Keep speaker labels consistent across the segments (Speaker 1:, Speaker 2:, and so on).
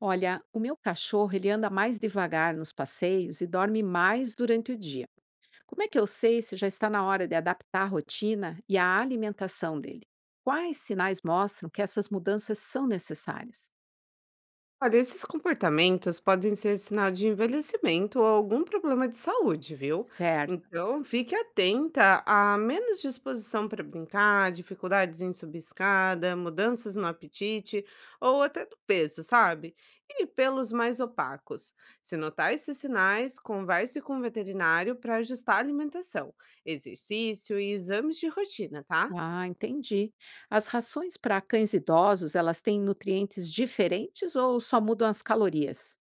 Speaker 1: Olha, o meu cachorro ele anda mais devagar nos passeios e dorme mais durante o dia. Como é que eu sei se já está na hora de adaptar a rotina e a alimentação dele? Quais sinais mostram que essas mudanças são necessárias?
Speaker 2: Olha, esses comportamentos podem ser sinal de envelhecimento ou algum problema de saúde, viu?
Speaker 1: Certo.
Speaker 2: Então, fique atenta a menos disposição para brincar, dificuldades em subir escada, mudanças no apetite ou até do peso, sabe? E pelos mais opacos. Se notar esses sinais, converse com o veterinário para ajustar a alimentação, exercício e exames de rotina, tá?
Speaker 1: Ah, entendi. As rações para cães idosos, elas têm nutrientes diferentes ou só mudam as calorias?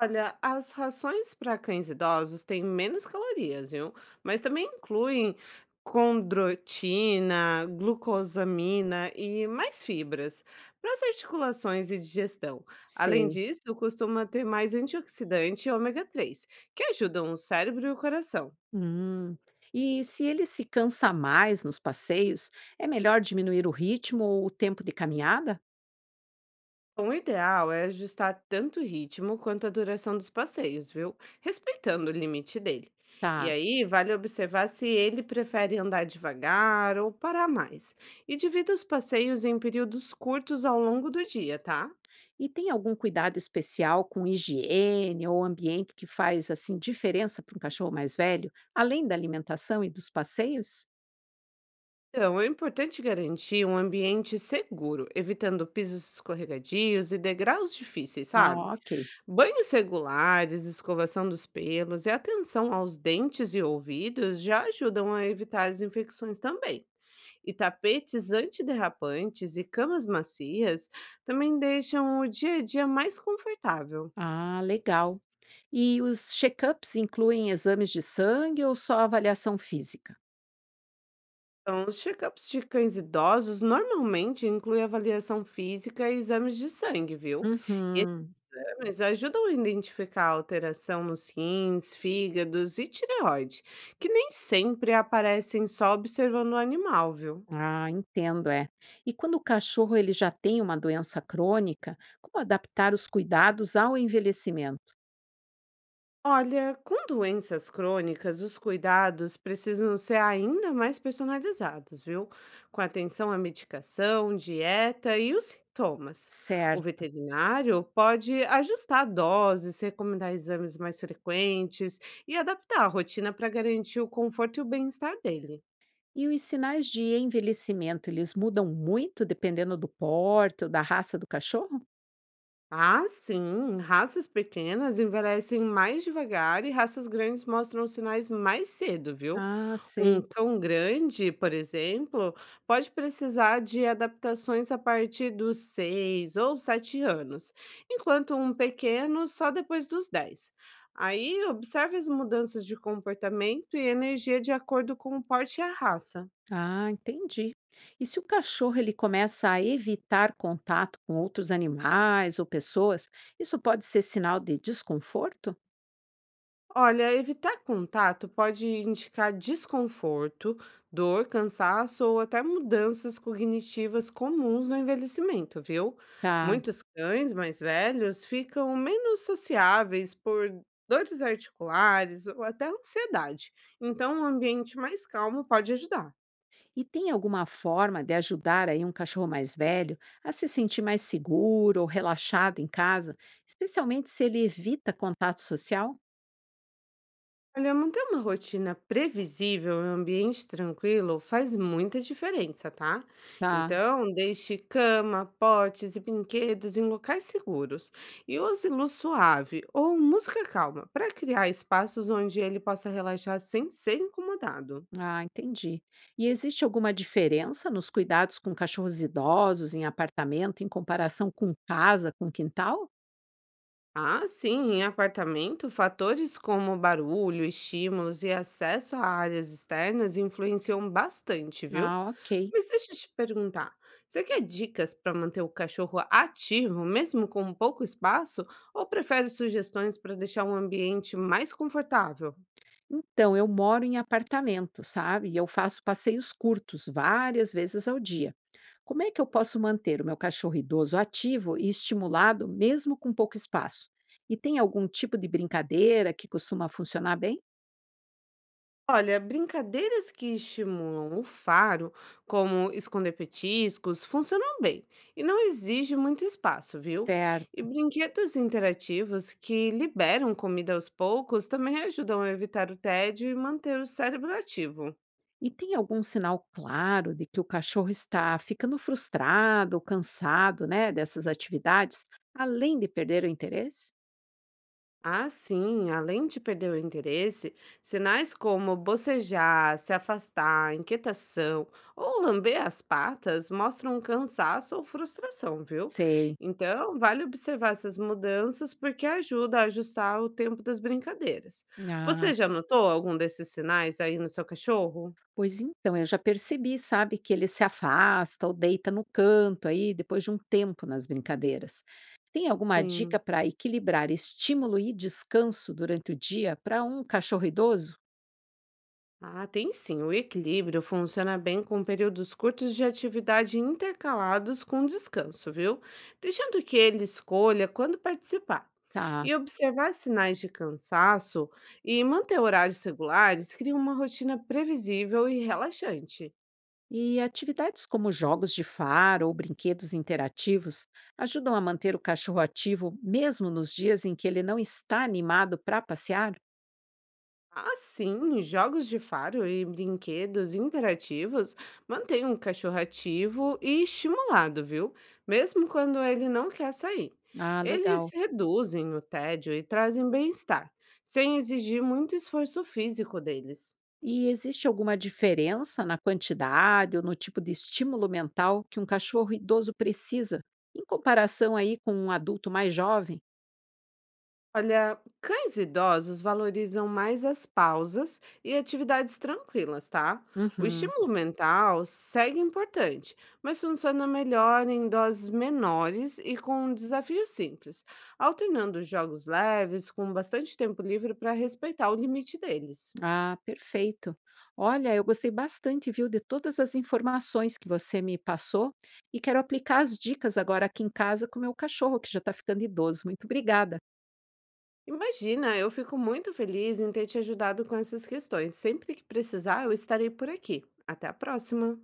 Speaker 2: Olha, as rações para cães idosos têm menos calorias, viu? Mas também incluem condrotina, glucosamina e mais fibras para as articulações e digestão. Além
Speaker 1: Sei.
Speaker 2: disso, costuma ter mais antioxidante e ômega 3, que ajudam o cérebro e o coração.
Speaker 1: Hum. E se ele se cansa mais nos passeios, é melhor diminuir o ritmo ou o tempo de caminhada?
Speaker 2: Bom, o ideal é ajustar tanto o ritmo quanto a duração dos passeios, viu? Respeitando o limite dele. E
Speaker 1: Tá.
Speaker 2: aí, vale observar se ele prefere andar devagar ou parar mais. E divida os passeios em períodos curtos ao longo do dia, tá?
Speaker 1: E tem algum cuidado especial com higiene ou ambiente que faz assim diferença para um cachorro mais velho, além da alimentação e dos passeios?
Speaker 2: Então, é importante garantir um ambiente seguro, evitando pisos escorregadios e degraus difíceis,
Speaker 1: Ah,
Speaker 2: sabe?
Speaker 1: ok.
Speaker 2: Banhos regulares, escovação dos pelos e atenção aos dentes e ouvidos já ajudam a evitar as infecções também. E tapetes antiderrapantes e camas macias também deixam o dia a dia mais confortável.
Speaker 1: Ah, legal. E os check-ups incluem exames de sangue ou só avaliação física?
Speaker 2: Então, os check-ups de cães idosos normalmente incluem avaliação física e exames de sangue, viu? E esses
Speaker 1: Uhum.
Speaker 2: exames ajudam a identificar a alteração nos rins, fígados e tireoide, que nem sempre aparecem só observando o animal, viu?
Speaker 1: Ah, entendo, é. E quando o cachorro ele já tem uma doença crônica, como adaptar os cuidados ao envelhecimento?
Speaker 2: Olha, com doenças crônicas, os cuidados precisam ser ainda mais personalizados, viu? Com atenção à medicação, dieta e os sintomas. O
Speaker 1: Certo.
Speaker 2: veterinário pode ajustar doses, recomendar exames mais frequentes e adaptar a rotina para garantir o conforto e o bem-estar dele.
Speaker 1: E os sinais de envelhecimento, eles mudam muito dependendo do porte ou da raça do cachorro?
Speaker 2: Ah, sim. Raças pequenas envelhecem mais devagar e raças grandes mostram sinais mais cedo, viu?
Speaker 1: Ah,
Speaker 2: Um
Speaker 1: sei.
Speaker 2: cão grande, por exemplo, pode precisar de adaptações a partir dos 6 ou 7 anos, enquanto um pequeno só depois dos 10. Aí, observe as mudanças de comportamento e energia de acordo com o porte e a raça.
Speaker 1: Ah, entendi. E se o cachorro ele começa a evitar contato com outros animais ou pessoas, isso pode ser sinal de desconforto?
Speaker 2: Olha, evitar contato pode indicar desconforto, dor, cansaço ou até mudanças cognitivas comuns no envelhecimento, viu?
Speaker 1: Tá.
Speaker 2: Muitos cães mais velhos ficam menos sociáveis por dores articulares ou até ansiedade. Então, um ambiente mais calmo pode ajudar.
Speaker 1: E tem alguma forma de ajudar aí um cachorro mais velho a se sentir mais seguro ou relaxado em casa, especialmente se ele evita contato social?
Speaker 2: Olha, manter uma rotina previsível em um ambiente tranquilo faz muita diferença, tá?
Speaker 1: Tá.
Speaker 2: Então, deixe cama, potes e brinquedos em locais seguros e use luz suave ou música calma para criar espaços onde ele possa relaxar sem ser incomodado.
Speaker 1: Ah, entendi. E existe alguma diferença nos cuidados com cachorros idosos em apartamento em comparação com casa, com quintal?
Speaker 2: Ah, sim, em apartamento, fatores como barulho, estímulos e acesso a áreas externas influenciam bastante, viu?
Speaker 1: Ah, ok.
Speaker 2: Mas deixa eu te perguntar, você quer dicas para manter o cachorro ativo, mesmo com pouco espaço, ou prefere sugestões para deixar um ambiente mais confortável?
Speaker 1: Então, eu moro em apartamento, sabe? E eu faço passeios curtos, várias vezes ao dia. Como é que eu posso manter o meu cachorro idoso ativo e estimulado, mesmo com pouco espaço? E tem algum tipo de brincadeira que costuma funcionar bem?
Speaker 2: Olha, brincadeiras que estimulam o faro, como esconder petiscos, funcionam bem e não exige muito espaço, viu? E
Speaker 1: Certo.
Speaker 2: brinquedos interativos que liberam comida aos poucos também ajudam a evitar o tédio e manter o cérebro ativo.
Speaker 1: E tem algum sinal claro de que o cachorro está ficando frustrado ou cansado, né, dessas atividades, além de perder o interesse?
Speaker 2: Ah, sim, além de perder o interesse, sinais como bocejar, se afastar, inquietação ou lamber as patas mostram cansaço ou frustração, viu?
Speaker 1: Sei.
Speaker 2: Então, vale observar essas mudanças porque ajuda a ajustar o tempo das brincadeiras.
Speaker 1: Ah,
Speaker 2: Você já notou algum desses sinais aí no seu cachorro?
Speaker 1: pois então, eu já percebi, sabe, que ele se afasta ou deita no canto aí depois de um tempo nas brincadeiras. Tem alguma
Speaker 2: Sim.
Speaker 1: dica para equilibrar estímulo e descanso durante o dia para um cachorro idoso?
Speaker 2: Ah, tem sim. O equilíbrio funciona bem com períodos curtos de atividade intercalados com descanso, viu? Deixando que ele escolha quando participar.
Speaker 1: Tá.
Speaker 2: E observar sinais de cansaço e manter horários regulares cria uma rotina previsível e relaxante.
Speaker 1: E atividades como jogos de faro ou brinquedos interativos ajudam a manter o cachorro ativo mesmo nos dias em que ele não está animado para passear?
Speaker 2: Ah, sim, jogos de faro e brinquedos interativos mantêm o cachorro ativo e estimulado, viu? Mesmo quando ele não quer sair.
Speaker 1: Ah, legal.
Speaker 2: Eles reduzem o tédio e trazem bem-estar, sem exigir muito esforço físico deles.
Speaker 1: E existe alguma diferença na quantidade ou no tipo de estímulo mental que um cachorro idoso precisa, em comparação aí com um adulto mais jovem?
Speaker 2: Olha, cães idosos valorizam mais as pausas e atividades tranquilas, tá? O
Speaker 1: Uhum.
Speaker 2: estímulo mental segue importante, mas funciona melhor em doses menores e com desafios simples, alternando jogos leves com bastante tempo livre para respeitar o limite deles.
Speaker 1: Ah, perfeito. Olha, eu gostei bastante, viu, de todas as informações que você me passou e quero aplicar as dicas agora aqui em casa com o meu cachorro, que já está ficando idoso. Muito obrigada.
Speaker 2: Imagina, eu fico muito feliz em ter te ajudado com essas questões. Sempre que precisar, eu estarei por aqui. Até a próxima!